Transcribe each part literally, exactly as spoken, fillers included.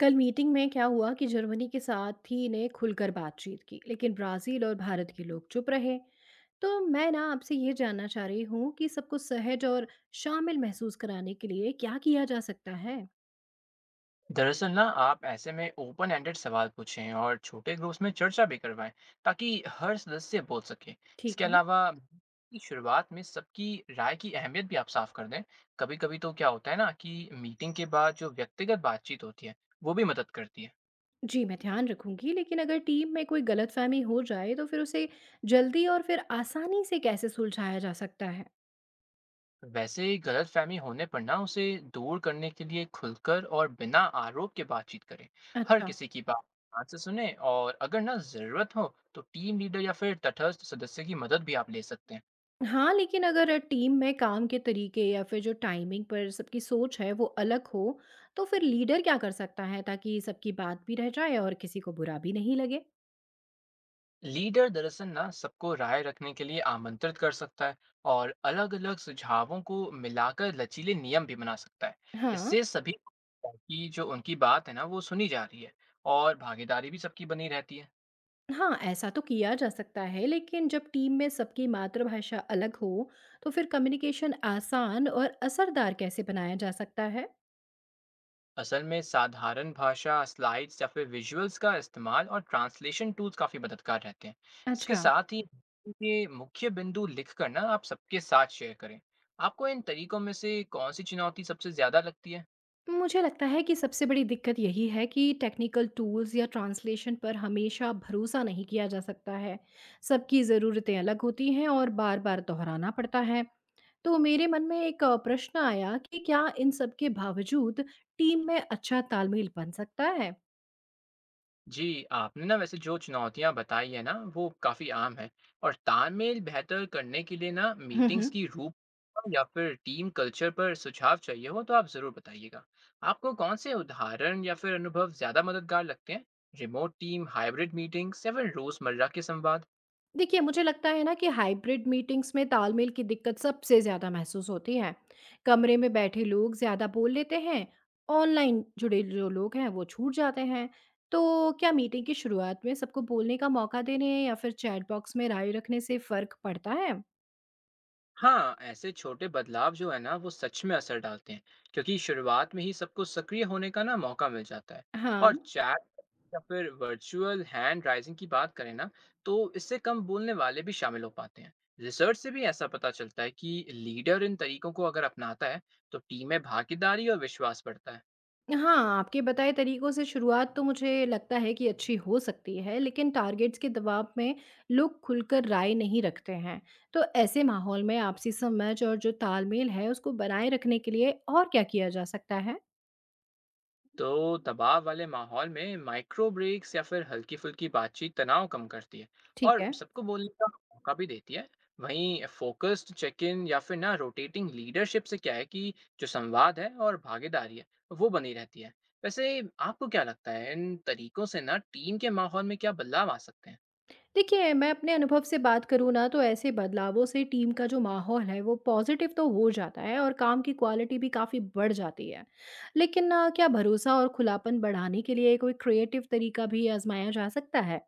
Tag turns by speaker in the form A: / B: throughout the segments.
A: कल मीटिंग में क्या हुआ कि जर्मनी के साथी ने खुलकर बातचीत की लेकिन ब्राजील और भारत के लोग चुप रहे तो मैं ना आपसे ये जानना चाह रही हूँ कि सबको सहज और शामिल महसूस कराने के लिए क्या किया जा सकता है।
B: दरअसल ना आप ऐसे में ओपन एंडेड सवाल पूछें और छोटे ग्रुप्स में चर्चा भी करवाएं ताकि हर सदस्य बोल सके। इसके
A: ठीक है।
B: अलावा की शुरुआत में सबकी राय की अहमियत भी आप साफ कर दें। कभी कभी तो क्या होता है ना कि मीटिंग के बाद जो व्यक्तिगत बातचीत होती है वो भी मदद करती है।
A: जी मैं ध्यान रखूंगी, लेकिन अगर टीम में कोई गलतफहमी हो जाए तो फिर उसे जल्दी और फिर आसानी से कैसे सुलझाया जा सकता है?
B: वैसे गलतफहमी होने पर ना उसे दूर करने के लिए खुलकर और बिना आरोप के बातचीत करें। हर
A: अच्छा।
B: किसी की बात ध्यान से सुने और अगर ना जरूरत हो तो टीम लीडर या फिर तटस्थ सदस्य की मदद भी आप ले सकते हैं।
A: हाँ, लेकिन अगर टीम में काम के तरीके या फिर जो टाइमिंग पर सबकी सोच है वो अलग हो, तो फिर लीडर क्या कर सकता है ताकि सबकी बात भी रह जाए और किसी को बुरा भी नहीं लगे?
B: लीडर दरअसल ना सबको राय रखने के लिए आमंत्रित कर सकता है और अलग-अलग सुझावों को मिलाकर लचीले नियम भी बना सकता है।
A: हाँ।
B: इससे सभी को लगता है कि जो उनकी बात है ना वो सुनी जा रही है और भागीदारी भी सबकी बनी रहती है।
A: हाँ, ऐसा तो किया जा सकता है, लेकिन जब टीम में सबकी मातृभाषा अलग हो, तो फिर कम्युनिकेशन आसान और असरदार कैसे बनाया जा सकता है?
B: असल में साधारण भाषा स्लाइड्स या फिर विजुअल्स का इस्तेमाल और ट्रांसलेशन टूल्स काफी मददगार रहते हैं। इसके
A: अच्छा।
B: साथ ही ये मुख्य बिंदु लिख कर ना आप सबके साथ शेयर करें। आपको इन तरीकों में से कौन सी चुनौती सबसे ज्यादा लगती है?
A: मुझे लगता है कि सबसे बड़ी दिक्कत यही है कि टेक्निकल टूल्स या ट्रांसलेशन पर हमेशा भरोसा नहीं किया जा सकता है। सबकी ज़रूरतें अलग होती हैं और बार बार दोहराना पड़ता है। तो मेरे मन में एक अ, प्रश्न आया कि क्या इन सब के बावजूद टीम में अच्छा तालमेल बन सकता है।
B: जी, आपने ना वैसे जो चुनौतियाँ बताई है ना, वो काफ़ी आम है। और तालमेल बेहतर करने के लिए ना मीटिंग्स
A: हम्म।
B: की रूप या फिर टीम कल्चर पर सुझाव चाहिए हो तो आप ज़रूर बताइएगा। आपको कौन से उदाहरण या फिर अनुभव ज़्यादा मददगार लगते हैं? रिमोट टीम, हाइब्रिड मीटिंग्स या फिर रोज़मर्रा के संवाद?
A: देखिए, मुझे लगता है ना कि हाइब्रिड मीटिंग्स में तालमेल की दिक्कत सबसे ज़्यादा महसूस होती है। कमरे में बैठे लोग ज़्यादा बोल लेते हैं, ऑनलाइन जुड़े जो लोग हैं वो छूट जाते हैं। तो क्या मीटिंग की शुरुआत में सबको बोलने का मौका देने या फिर चैट बॉक्स में राय रखने से फ़र्क पड़ता है?
B: हाँ, ऐसे छोटे बदलाव जो है ना वो सच में असर डालते हैं क्योंकि शुरुआत में ही सबको सक्रिय होने का ना मौका मिल जाता है।
A: हाँ।
B: और चैट या फिर वर्चुअल हैंड राइजिंग की बात करें ना तो इससे कम बोलने वाले भी शामिल हो पाते हैं। रिसर्च से भी ऐसा पता चलता है कि लीडर इन तरीकों को अगर अपनाता है तो टीम में भागीदारी और विश्वास बढ़ता है।
A: हाँ, आपके बताए तरीकों से शुरुआत तो मुझे लगता है कि अच्छी हो सकती है, लेकिन टारगेट्स के दबाव में लोग खुलकर राय नहीं रखते हैं। तो ऐसे माहौल में आपसी समझ और जो तालमेल है, उसको बनाए रखने के लिए और क्या किया जा सकता है?
B: तो दबाव वाले माहौल में माइक्रो ब्रेक्स या फिर हल्की फुल्की बातचीत तनाव कम करती है
A: ठीक
B: और
A: है।
B: सबको बोलने का मौका भी देती है। वहीं फोकस्ड चेक इन या फिर ना रोटेटिंग लीडरशिप से क्या है कि जो संवाद है और भागीदारी है वो बनी रहती है। वैसे आपको क्या लगता है इन तरीकों से ना टीम के माहौल में क्या बदलाव आ सकते हैं?
A: देखिए, मैं अपने अनुभव से बात करूँ ना, तो ऐसे बदलावों से टीम का जो माहौल है, वो पॉजिटिव तो हो जाता है और काम की क्वालिटी भी काफ़ी बढ़ जाती है। लेकिन अ, क्या भरोसा और खुलापन बढ़ाने के लिए कोई क्रिएटिव तरीका भी आजमाया जा सकता है?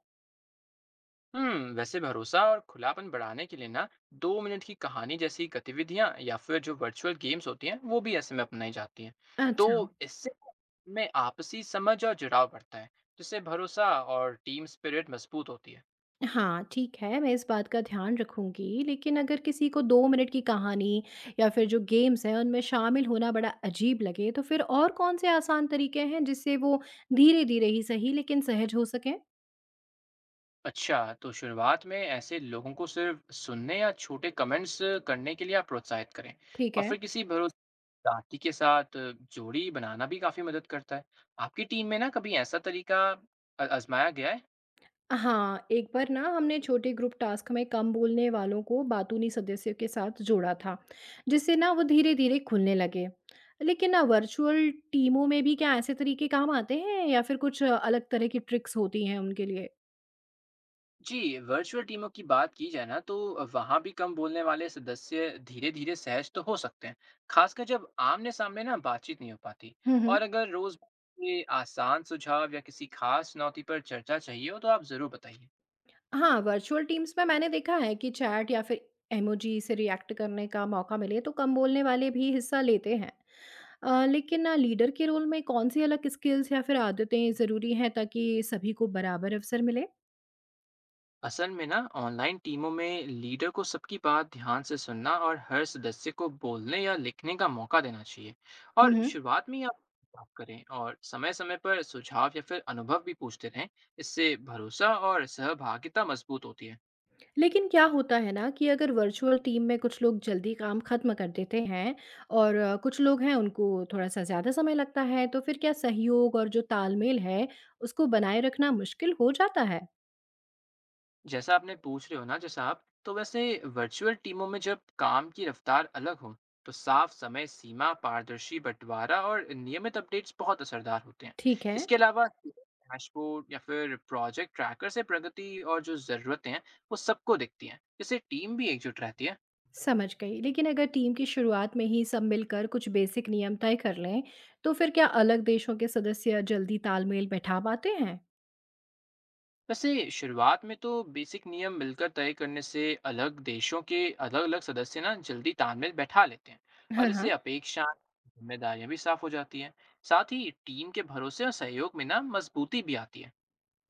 B: हम्म, वैसे भरोसा और खुलापन बढ़ाने के लिए ना दो मिनट की कहानी जैसी गतिविधियां या फिर जो वर्चुअल गेम्स होती हैं वो भी ऐसे में अपनाई जाती हैं। तो
A: अच्छा।
B: इससे में आपसी समझ और जुड़ाव बढ़ता है जिससे भरोसा और टीम स्पिरिट मजबूत होती है।
A: हाँ, ठीक है, मैं इस बात का ध्यान रखूँगी, लेकिन अगर किसी को दो मिनट की कहानी या फिर जो गेम्स हैं, उनमें शामिल होना बड़ा अजीब लगे, तो फिर और कौन-से आसान तरीके हैं, जिससे वो धीरे-धीरे ही सही, लेकिन सहज हो सकें?
B: अच्छा, तो शुरुआत में ऐसे लोगों को सिर्फ सुनने या छोटे कमेंट्स करने के लिए आप प्रोत्साहित करें।
A: ठीक
B: और
A: है।
B: फिर किसी भरोसेदार के साथ जोड़ी बनाना भी काफी मदद करता है। आपकी टीम में ना कभी ऐसा तरीका अ- आजमाया गया है?
A: हाँ, एक बार ना हमने छोटे ग्रुप टास्क में कम बोलने वालों को बातूनी सदस्यों के साथ जोड़ा था, जिससे ना वो धीरे-धीरे खुलने लगे। लेकिन ना वर्चुअल टीमों में भी क्या ऐसे तरीके काम आते हैं या फिर कुछ अलग तरह की ट्रिक्स होती हैं उनके लिए?
B: जी, वर्चुअल टीमों की बात की जाए ना तो वहाँ भी कम बोलने वाले सदस्य धीरे-धीरे सहज तो हो सकते हैं, खासकर जब आमने-सामने ना बातचीत नहीं हो पाती।
A: हुँ, हुँ।
B: और अगर रोज ये आसान सुझाव या किसी खास चुनौती पर चर्चा चाहिए हो तो आप ज़रूर बताइए।
A: हाँ, वर्चुअल टीम्स में मैंने देखा है कि चैट या फिर इमोजी से रिएक्ट करने का मौका मिले तो कम बोलने वाले भी हिस्सा लेते हैं। अ, लेकिन लीडर के रोल में कौन सी अलग स्किल्स या फिर आदतें ज़रूरी हैं ताकि सभी को बराबर अवसर मिले?
B: असल में ना ऑनलाइन टीमों में लीडर को सबकी बात ध्यान से सुनना और हर सदस्य को बोलने या लिखने का मौका देना चाहिए। और
A: हम्म।
B: शुरुआत में ही आप बात करें और समय समय पर सुझाव या फिर अनुभव भी पूछते रहें। इससे भरोसा और सहभागिता मजबूत होती है।
A: लेकिन क्या होता है ना कि अगर वर्चुअल टीम में कुछ लोग जल्दी काम खत्म कर देते हैं और अ, कुछ लोग हैं उनको थोड़ा सा ज़्यादा समय लगता है तो फिर क्या सहयोग और जो तालमेल है उसको बनाए रखना मुश्किल हो जाता है?
B: जैसा आपने पूछ रहे हो ना जैसा आप, तो वैसे वर्चुअल टीमों में जब काम की रफ्तार अलग हो तो साफ समय सीमा, पारदर्शी बंटवारा और नियमित अपडेट्स बहुत असरदार होते हैं।
A: ठीक है।
B: इसके अलावा डैशबोर्ड या फिर प्रोजेक्ट ट्रैकर से प्रगति और जो ज़रूरतें हैं वो सबको दिखती हैं। इससे टीम भी एकजुट रहती है।
A: समझ गई। लेकिन अगर टीम की शुरुआत में ही सब मिलकर कुछ बेसिक नियम तय कर लें, तो फिर क्या अलग देशों के सदस्य जल्दी तालमेल बैठा पाते हैं?
B: वैसे शुरुआत में तो बेसिक नियम मिलकर तय करने से अलग देशों के अलग अलग सदस्य ना जल्दी तालमेल बैठा लेते हैं।
A: हाँ,
B: और इससे
A: हाँ।
B: अपेक्षाएं, जिम्मेदारियां भी साफ हो जाती हैं। साथ ही टीम के भरोसे और सहयोग में ना मजबूती भी आती है।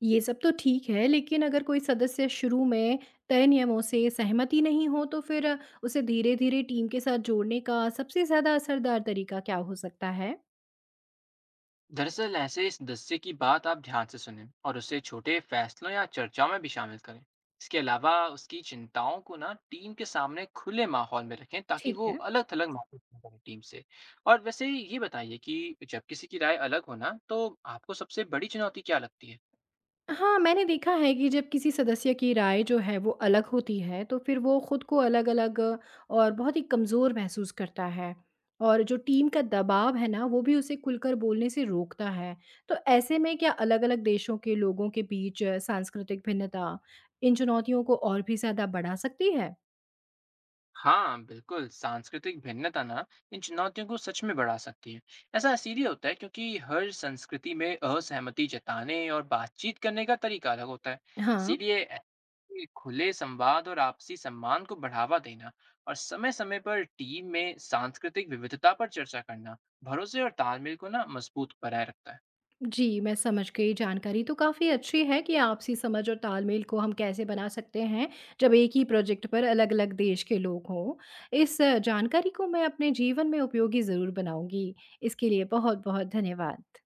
A: ये सब तो ठीक है, लेकिन अगर कोई सदस्य शुरू में तय नियमों से सहमति नहीं हो, तो फिर अ, उसे धीरे-धीरे टीम के साथ जोड़ने का सबसे ज़्यादा असरदार तरीका क्या हो सकता है?
B: दरअसल ऐसे इस दस्ते की बात आप ध्यान से सुनें और उसे छोटे फैसलों या चर्चाओं में भी शामिल करें। इसके अलावा उसकी चिंताओं को ना टीम के सामने खुले माहौल में रखें ताकि
A: ठीक
B: वो
A: है।
B: अलग थलग महसूस न करें टीम से। और वैसे ये बताइए कि जब किसी की राय अलग हो ना तो आपको सबसे बड़ी चुनौती क्या लगती है?
A: हाँ, मैंने देखा है कि जब किसी सदस्य की राय जो है वो अलग होती है, तो फिर वो खुद को अलग-अलग और बहुत ही कमज़ोर महसूस करता है। और जो टीम का दबाव है ना, वो भी उसे खुलकर बोलने से रोकता है। तो ऐसे में क्या अलग-अलग देशों के लोगों के बीच सांस्कृतिक भिन्नता इन चुनौतियों को और भी ज़्यादा बढ़ा सकती है?
B: हाँ बिल्कुल, सांस्कृतिक भिन्नता ना इन चुनौतियों को सच में बढ़ा सकती है। ऐसा इसीलिए होता है क्योंकि हर संस्कृति में असहमति जताने और बातचीत करने का तरीका अलग होता है।
A: हाँ।
B: इसीलिए ऐसे खुले संवाद और आपसी सम्मान को बढ़ावा देना और समय समय पर टीम में सांस्कृतिक विविधता पर चर्चा करना भरोसे और तालमेल को ना मजबूत बनाए रखता है।
A: जी, मैं समझ गई। जानकारी तो काफ़ी अच्छी है कि आपसी समझ और तालमेल को हम कैसे बना सकते हैं, जब एक ही प्रोजेक्ट पर अलग-अलग देश के लोग हों। इस जानकारी को मैं अपने जीवन में उपयोगी ज़रूर बनाऊँगी। इसके लिए बहुत-बहुत धन्यवाद।